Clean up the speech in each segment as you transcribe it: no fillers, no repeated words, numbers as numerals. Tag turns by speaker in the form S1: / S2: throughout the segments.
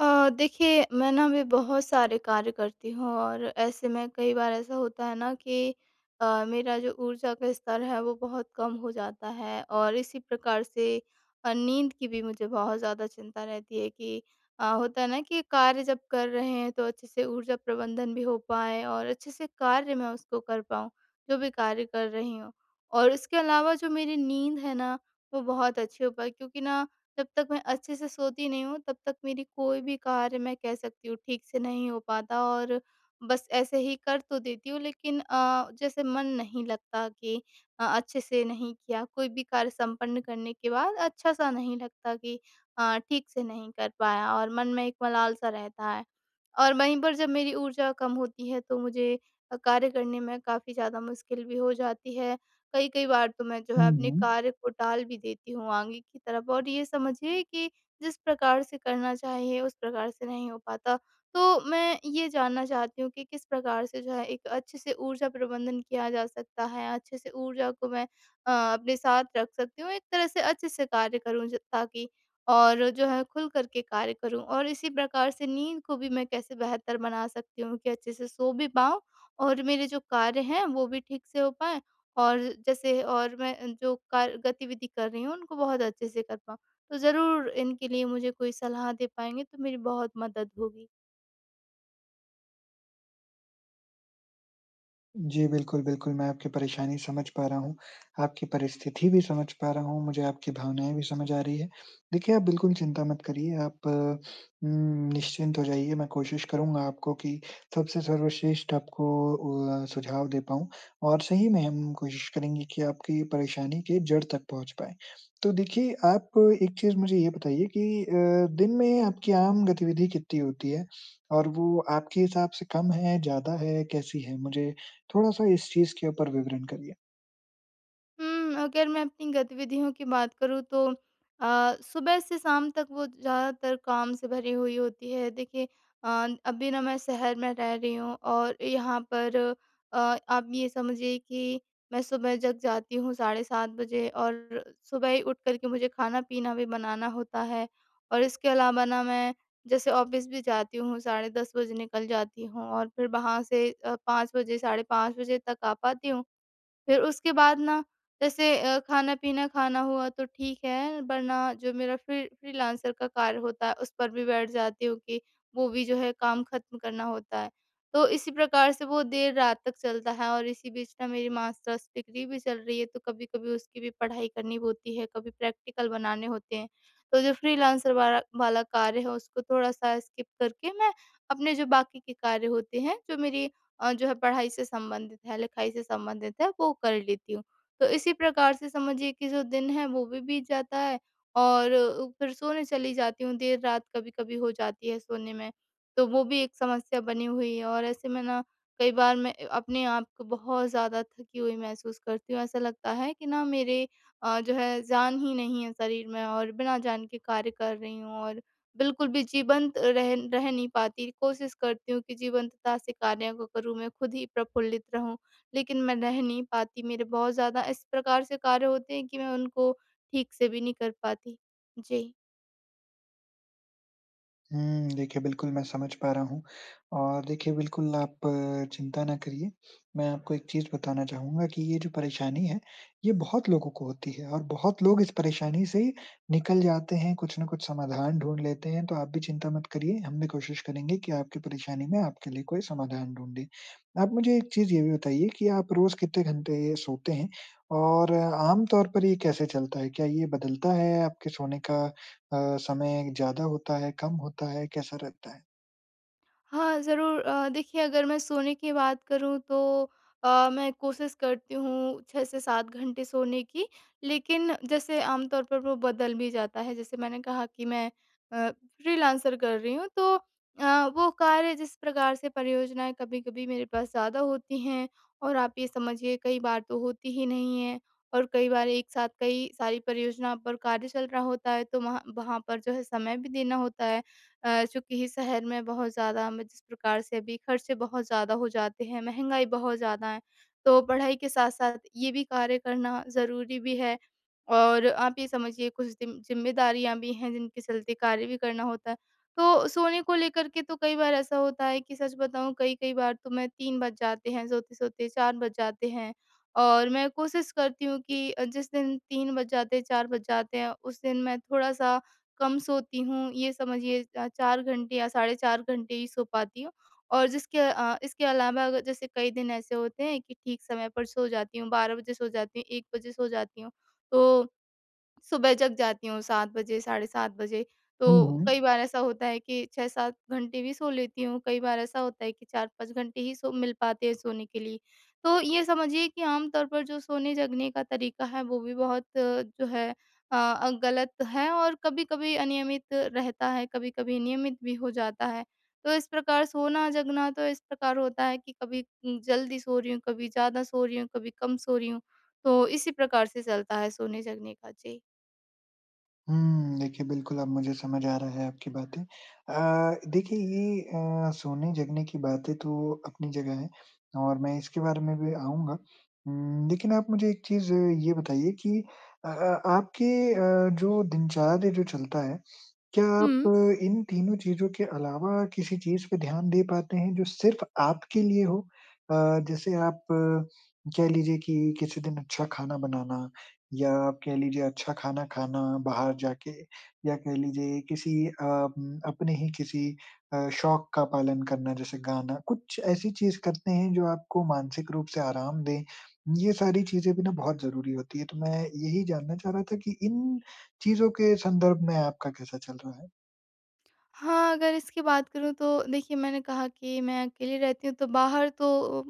S1: देखिए, मैं ना अभी बहुत सारे कार्य करती हूँ और ऐसे में कई बार ऐसा होता है ना कि मेरा जो ऊर्जा का स्तर है वो बहुत कम हो जाता है और इसी प्रकार से नींद की भी मुझे बहुत ज़्यादा चिंता रहती है कि होता है ना कि कार्य जब कर रहे हैं तो अच्छे से ऊर्जा प्रबंधन भी हो पाए और अच्छे से कार्य मैं उसको कर पाऊँ, जो भी कार्य कर रही हूँ। और उसके अलावा जो मेरी नींद है ना, वो बहुत अच्छी हो पाए, क्योंकि ना जब तक मैं अच्छे से सोती नहीं हूँ तब तक मेरी कोई भी कार्य मैं कह सकती हूँ ठीक से नहीं हो पाता और बस ऐसे ही कर तो देती हूँ, लेकिन जैसे मन नहीं लगता कि अच्छे से नहीं किया। कोई भी कार्य संपन्न करने के बाद अच्छा सा नहीं लगता कि ठीक से नहीं कर पाया, और मन में एक मलाल सा रहता है। और वहीं पर जब मेरी ऊर्जा कम होती है तो मुझे कार्य करने में काफ़ी ज़्यादा मुश्किल भी हो जाती है। कई-कई बार तो मैं जो है
S2: झाल
S1: अपने
S2: झाल
S1: कार्य को टाल भी देती हूँ आगे की तरफ और ये समझिए कि जिस प्रकार से करना चाहिए उस प्रकार से नहीं हो पाता। तो मैं ये जानना चाहती हूँ कि किस प्रकार से जो है एक अच्छे से ऊर्जा प्रबंधन किया जा सकता है? अच्छे से ऊर्जा को मैं अपने साथ रख सकती हूँ, एक तरह से अच्छे से कार्य करूँ ज ताकि और जो है खुल कर के कार्य करूँ। और इसी प्रकार से नींद को भी मैं कैसे बेहतर बना सकती हूँ कि अच्छे से सो भी पाऊँ और मेरे जो कार्य हैं वो भी ठीक से हो पाएँ। और जैसे और मैं जो कार्य गतिविधि कर रही हूँ उनको बहुत अच्छे से कर पाऊँ। तो ज़रूर इनके लिए मुझे कोई सलाह दे पाएँगे तो मेरी बहुत मदद होगी।
S2: जी, बिल्कुल, बिल्कुल, मैं आपकी परेशानी समझ पा रहा हूँ, आपकी परिस्थिति भी समझ पा रहा हूँ, मुझे आपकी भावनाएँ भी समझ आ रही है। देखिए, आप बिल्कुल चिंता मत करिए, आप निश्चिंत हो जाइए, मैं कोशिश करूँगा आपको कि सबसे सर्वश्रेष्ठ आपको सुझाव दे पाऊँ और सही में हम कोशिश करेंगे कि आपकी परेशानी के जड़ तक पहुँच पाएँ। तो देखिए, आप एक चीज़ मुझे ये बताइए कि दिन में आपकी आम गतिविधि कितनी होती है और वो आपके हिसाब से कम है, ज़्यादा है, कैसी है? मुझे थोड़ा-सा इस चीज़ के ऊपर विवरण करिए।
S1: अगर मैं अपनी गतिविधियों की बात करूँ तो सुबह से शाम तक वो ज़्यादातर काम से भरी हुई होती है। देखिए, अभी ना मैं शहर में रह रही हूँ और यहाँ पर अ, आप ये समझिए कि मैं सुबह जग जाती हूँ 7:30 बजे और सुबह ही उठ कर के मुझे खाना-पीना भी बनाना होता है। और इसके अलावा ना मैं जैसे ऑफ़िस भी जाती हूँ, 10:30 बजे निकल जाती हूँ और फिर वहाँ से 5 बजे, साढ़े 5 बजे तक आ पाती हूँ। फिर उसके बाद ना जैसे खाना-पीना खाना हुआ तो ठीक है, वरना जो मेरा फ्रीलांसर का कार्य होता है उस पर भी बैठ जाती हूँ कि वो भी जो है काम ख़त्म करना होता है। तो इसी प्रकार से वो देर रात तक चलता है और इसी बीच ना मेरी मास्टर्स डिग्री भी चल रही है, तो कभी-कभी उसकी भी पढ़ाई करनी होती है, कभी प्रैक्टिकल बनाने होते हैं। तो जो फ्रीलांसर वाला वाला कार्य है उसको थोड़ा-सा स्किप करके मैं अपने जो बाकी के कार्य होते हैं, जो मेरी जो है पढ़ाई से संबंधित है, लिखाई से संबंधित है, वो कर लेती हूँ। तो इसी प्रकार से समझिए कि जो दिन है वो भी बीत जाता है और फिर सोने चली जाती हूँ, देर रात कभी-कभी हो जाती है सोने में, तो वो भी एक समस्या बनी हुई है और ऐसे में ना कई बार मैं अपने आप को बहुत ज़्यादा थकी हुई महसूस करती हूँ। ऐसा लगता है कि ना मेरे जो है जान ही नहीं है शरीर में और बिना जान के कार्य कर रही हूँ और बिल्कुल भी जीवंत रह रह नहीं पाती। कोशिश करती हूँ कि जीवंतता से कार्यों को करूँ, मैं खुद ही प्रफुल्लित रहूँ, लेकिन मैं रह नहीं पाती। मेरे बहुत ज़्यादा इस प्रकार से कार्य होते हैं कि मैं उनको ठीक से भी नहीं कर पाती। जी।
S2: हुँ, देखिए बिल्कुल मैं समझ पा रहा हूँ और देखिए बिल्कुल आप चिंता ना करिए। मैं आपको एक चीज़ बताना चाहूँगा कि ये जो परेशानी है, ये बहुत लोगों को होती है और बहुत लोग इस परेशानी से निकल जाते हैं, कुछ ना कुछ समाधान ढूँढ लेते हैं। तो आप भी चिंता मत करिए, हम भी कोशिश करेंगे कि आपकी परेशानी में आपके लिए कोई समाधान ढूँढें। आप मुझे एक चीज़ ये भी बताइए कि आप रोज़ कितने घंटे सोते हैं और आम तौर पर ये कैसे चलता है? क्या ये बदलता है आपके सोने का समय ज़्यादा होता है, कम होता है, कैसा रहता है?
S1: हाँ, ज़रूर, देखिए, अगर मैं सोने की बात करूँ तो मैं कोशिश करती हूँ 6 से 7 घंटे सोने की। लेकिन जैसे आमतौर पर वो बदल भी जाता है, जैसे मैंने कहा कि मैं अ, फ्रीलांसर कर रही हूँ तो वो कार्य जिस प्रकार से परियोजनाएँ कभी-कभी मेरे पास ज़्यादा होती हैं और आप ये समझिए कई बार तो होती ही नहीं है और कई बार एक साथ कई सारी परियोजना पर कार्य चल रहा होता है तो वहाँ वहाँ पर जो है समय भी देना होता है। चूँकि शहर में बहुत ज़्यादा मैं जिस प्रकार से अभी खर्चे बहुत ज़्यादा हो जाते हैं, महँगाई बहुत ज़्यादा है, तो पढ़ाई के साथ-साथ ये भी कार्य करना ज़रूरी भी है। और आप ये समझिए कुछ जिम ज़िम्मेदारियाँ भी हैं जिनके चलते कार्य भी करना होता है। तो सोने को लेकर के तो कई बार ऐसा होता है कि सच बताऊँ कई-कई बार तो मैं 3 बज जाते हैं सोते-सोते, 4 बज जाते हैं और मैं कोशिश करती हूँ कि जिस दिन 3 बज जाते हैं, 4 बज जाते हैं, उस दिन मैं थोड़ा-सा कम सोती हूँ, ये समझिए 4 घंटे या साढ़े 4 घंटे ही सो पाती हूँ। और इसके अलावा अगर जैसे कई दिन ऐसे होते हैं कि ठीक समय पर सो जाती हूँ, 12 बजे सो जाती हूँ, 1 बजे सो जाती हूँ। तो सुबह जग जाती हूँ 7 बजे, साढ़े 7 बजे,
S2: हुँ,
S1: तो कई
S2: हुँ।
S1: बार ऐसा होता है कि 6-7 घंटे भी सो लेती हूँ, कई बार ऐसा होता है कि 4-5 घंटे ही सो मिल पाते हैं सोने के लिए। तो ये समझिए कि आम तौर पर जो सोने-जगने का तरीका है, वो भी बहुत जो है गलत है और कभी-कभी अनियमित रहता है, कभी-कभी नियमित भी हो जाता है। तो इस प्रकार सोना-जगना तो इस प्रकार होता है कि कभी जल्दी सो रही हूँ, कभी ज़्यादा सो रही हूँ, कभी कम सो रही हूँ, तो इसी प्रकार से चलता है सोने-जगने का। जी।
S2: हुँ, देखिए बिल्कुल अब मुझे समझ आ रहा है आपकी बातें। देखिए ये सोने-जगने की बातें तो अपनी जगह है और मैं इसके बारे में भी आऊँगा। लेकिन आप मुझे एक चीज़ ये बताइए कि आपके जो दिनचर्या जो चलता है क्या आप
S1: हुँ।
S2: इन तीनों चीज़ों के अलावा किसी चीज़ पे ध्यान दे पाते हैं जो सिर्फ़ आपके लिए हो? अ, जैसे आप कह लीजिए कि किसी दिन अच्छा खाना बनाना या आप कह लीजिए अच्छा खाना खाना बाहर जाके या कह लीजिए किसी अपने ही किसी शौक का पालन करना जैसे गाना, कुछ ऐसी चीज़ करते हैं जो आपको मानसिक रूप से आराम दें। ये सारी चीज़ें भी ना बहुत ज़रूरी होती है, तो मैं यही जानना चाह रहा था कि इन चीज़ों के संदर्भ में आपका कैसा चल रहा है?
S1: हाँ, अगर इसकी बात करूँ तो देखिए, मैंने कहा कि मैं अकेली रहती हूँ तो बाहर तो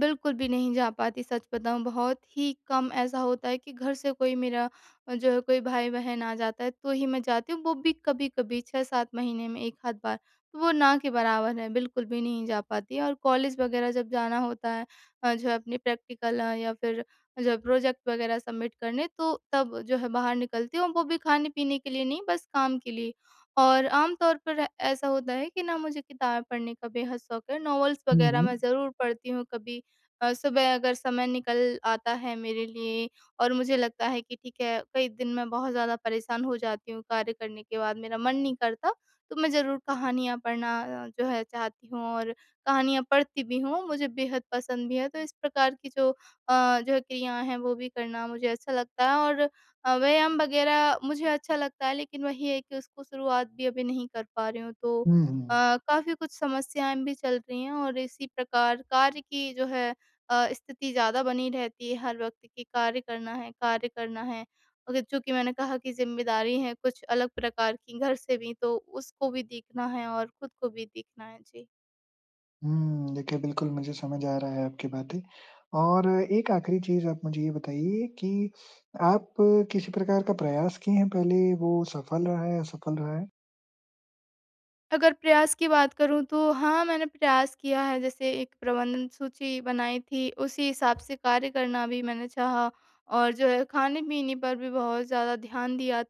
S1: बिल्कुल भी नहीं जा पाती। सच बताऊँ, बहुत ही कम ऐसा होता है कि घर से कोई मेरा जो है कोई भाई-बहन आ जाता है तो ही मैं जाती हूँ, वो भी कभी-कभी 6-7 महीने में 1 आध बार। तो वो ना के बराबर है, बिल्कुल भी नहीं जा पाती और कॉलेज वग़ैरह जब जाना होता है जो है अपने प्रैक्टिकल या फिर जो है प्रोजेक्ट वग़ैरह सबमिट करने तो तब जो है बाहर निकलती हूँ, वो भी खाने-पीने के लिए नहीं बस काम के लिए। और आम तौर पर ऐसा होता है कि ना मुझे किताबें पढ़ने का बेहद शौक है। नॉवेल्स
S2: हुँ,
S1: वग़ैरह
S2: हुँ।
S1: मैं ज़रूर पढ़ती हूँ कभी सुबह, अगर समय निकल आता है मेरे लिए और मुझे लगता है कि ठीक है, कई दिन मैं बहुत ज़्यादा परेशान हो जाती हूँ कार्य करने के बाद, मेरा मन नहीं करता, तो मैं ज़रूर कहानियाँ पढ़ना जो है चाहती हूँ और कहानियाँ पढ़ती भी हूँ, मुझे बेहद पसंद भी है। तो इस प्रकार की जो जो क्रियाएँ हैं वो भी करना मुझे अच्छा लगता है और व्यायाम वगैरह मुझे अच्छा लगता है, लेकिन वही है कि उसको शुरुआत भी अभी नहीं कर पा रही हूँ तो
S2: हुँ, हुँ।
S1: अ, काफ़ी कुछ समस्याएं भी चल रही हैं और इसी प्रकार कार्य की जो है स्थिति ज़्यादा बनी रहती है हर वक्त की कार्य करना है कार्य करना है, अगर चूंकि मैंने कहा कि जिम्मेदारी है कुछ अलग प्रकार की घर से भी तो उसको भी देखना है और खुद को भी देखना है। जी।
S2: हुँ, देखिए बिल्कुल मुझे समझ आ रहा है आपकी बातें और एक आखिरी चीज़ आप मुझे ये बताइए कि आप किसी प्रकार का प्रयास किए हैं पहले वो सफल रहा है, असफल रहा है?
S1: अगर प्रयास की बात करूँ तो हाँ, मैंने प्रयास किया है। जैसे एक प्रबंधन सूची बनाई थी, उसी हिसाब से कार्य करना भी मैंने चाहा और जो है खाने-पीने पर भी बहुत ज़्यादा ध्यान दिया।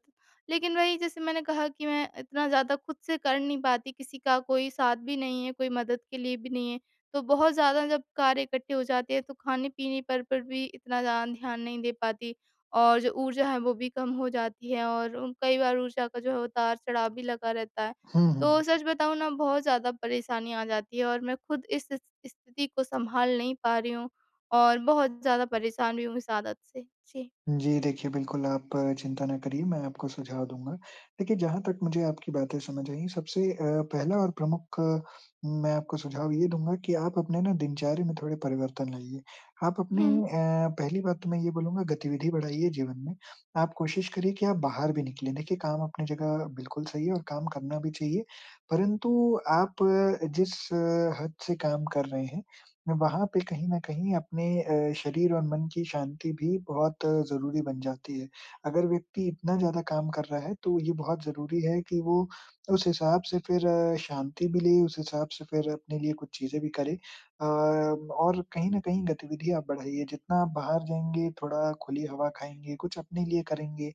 S1: लेकिन वही, जैसे मैंने कहा कि मैं इतना ज़्यादा खुद से कर नहीं पाती, किसी का कोई साथ भी नहीं है, कोई मदद के लिए भी नहीं है। तो बहुत ज़्यादा जब कार्य इकट्ठे हो जाते हैं तो खाने-पीने पर भी इतना ज़्यादा ध्यान नहीं दे पाती और जो ऊर्जा है वो भी कम हो जाती है और कई बार ऊर्जा का जो है उतार-चढ़ाव भी लगा रहता है।
S2: हुँ,
S1: तो
S2: हुँ।
S1: सच बताऊँ ना बहुत ज़्यादा परेशानी आ जाती है और मैं खुद इस स्थिति को सँभाल नहीं पा रही हूँ और बहुत ज़्यादा परेशान भी हूँ इस आदत से। जी।
S2: जी, देखिए बिल्कुल आप चिंता ना करिए, मैं आपको सुझाव दूँगा। देखिए, जहाँ तक मुझे आपकी बातें समझ आईं, सबसे पहला और प्रमुख मैं आपको सुझाव ये दूँगा कि आप अपने ना दिनचर्या में थोड़े परिवर्तन लाइए। आप अपने
S1: हुँ।
S2: पहली बात तो मैं ये बोलूँगा गतिविधि बढ़ाइए जीवन में। आप कोशिश करिए कि आप बाहर भी निकलें। देखिए, काम अपनी जगह बिल्कुल सही है और काम करना भी चाहिए, परंतु आप जिस हद से काम कर रहे हैं, वहाँ पे कहीं न कहीं अपने शरीर और मन की शांति भी बहुत ज़रूरी बन जाती है। अगर व्यक्ति इतना ज़्यादा काम कर रहा है तो ये बहुत ज़रूरी है कि वो उस हिसाब से फिर शांति भी ले, उस हिसाब से फिर अपने लिए कुछ चीज़ें भी करे। और कहीं न कहीं गतिविधि आप बढ़ाइए, जितना आप बाहर जाएँगे, थोड़ा खुली हवा खाएँगे, कुछ अपने लिए करेंगे।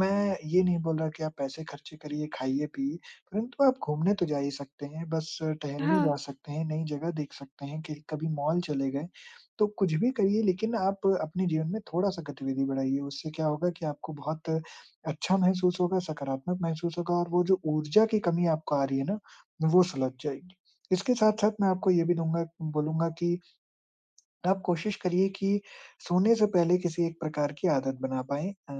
S2: मैं ये नहीं बोल रहा कि आप पैसे खर्चे करिए, खाइए-पिइए। परंतु आप घूमने तो जा ही सकते हैं, बस टहलने
S1: हाँ,
S2: जा सकते हैं, नई जगह देख सकते हैं, कि कभी मॉल चले गए, तो कुछ भी करिए लेकिन आप अपने जीवन में थोड़ा-सा गतिविधि बढ़ाइए, उससे क्या होगा कि आपको बहुत अच्छा महसूस होगा, सकारात्मक महसूस होगा और वो जो ऊर्जा की कमी आपको आ रही है ना, वो सुलझ जाएगी। इसके साथ-साथ मैं आपको ये भी दूँगा बोलूँगा कि आप कोशिश करिए कि सोने से पहले किसी एक प्रकार की आदत बना पाएँ। अ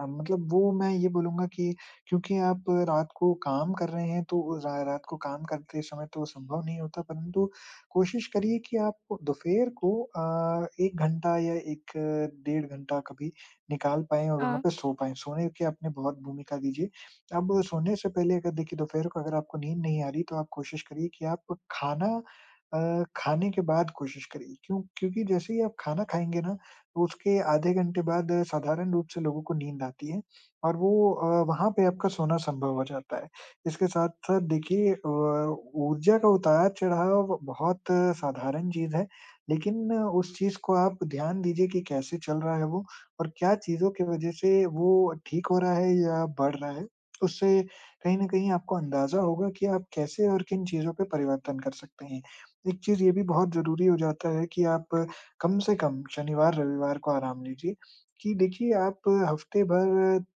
S2: अ, मतलब वो मैं ये बोलूँगा कि क्योंकि आप रात को काम कर रहे हैं, तो रा रात को काम करते समय तो संभव नहीं होता, परंतु कोशिश करिए कि आप दोपहर को 1 घंटा या 1 डेढ़ घंटा कभी निकाल पाएँ और वहाँ
S1: हाँ।
S2: पे सो पाएँ। सोने की आपने बहुत भूमिका दीजिए। अब सोने से पहले अगर देखिए दोपहर को अगर आपको नींद नहीं आ रही, तो आप कोशिश करिए कि आप खाना खाने के बाद कोशिश करिए क्योंकि जैसे ही आप खाना खाएँगे ना, तो उसके आधे घंटे बाद साधारण रूप से लोगों को नींद आती है और वो वहाँ पे आपका सोना संभव हो जाता है। इसके साथ-साथ देखिए ऊर्जा का उतार-चढ़ाव बहुत साधारण चीज़ है, लेकिन उस चीज़ को आप ध्यान दीजिए कि कैसे चल रहा है वो और क्या चीज़ों की वज़ह से वो ठीक हो रहा है या बढ़ रहा है। उससे कहीं न कहीं आपको अंदाज़ा होगा कि आप कैसे और किन चीज़ों पे परिवर्तन कर सकते हैं। एक चीज़ ये भी बहुत ज़रूरी हो जाता है कि आप कम से कम शनिवार-रविवार को आराम लीजिए, कि देखिए आप हफ्ते भर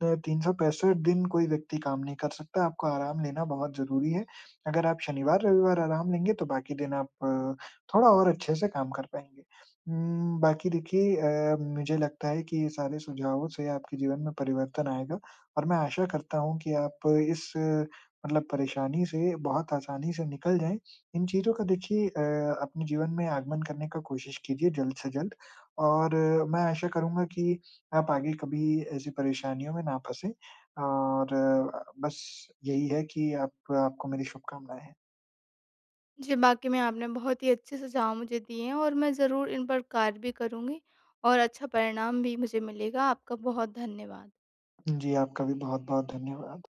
S2: 365 दिन कोई व्यक्ति काम नहीं कर सकता, आपको आराम लेना बहुत ज़रूरी है। अगर आप शनिवार-रविवार आराम लेंगे तो बाकी दिन आप थोड़ा और अच्छे से काम कर पाएँगे। बाकी देखिए मुझे लगता है कि ये सारे सुझावों से आपके जीवन में परिवर्तन आएगा और मैं आशा करता हूँ कि आप इस मतलब परेशानी से बहुत आसानी से निकल जाएँ इन चीज़ों का देखिए अपने जीवन में आगमन करने का कोशिश कीजिए जल्द से जल्द और मैं आशा करूँगा कि आप आगे कभी ऐसी परेशानियों में ना फँसें और बस यही है कि आप आपको मेरी शुभकामनाएँ हैं।
S1: जी, बाकी में आपने बहुत ही अच्छे सुझाव मुझे दिए हैं और मैं ज़रूर इन पर कार्य भी करूँगी और अच्छा परिणाम भी मुझे मिलेगा। आपका बहुत धन्यवाद।
S2: जी, आपका भी बहुत-बहुत धन्यवाद।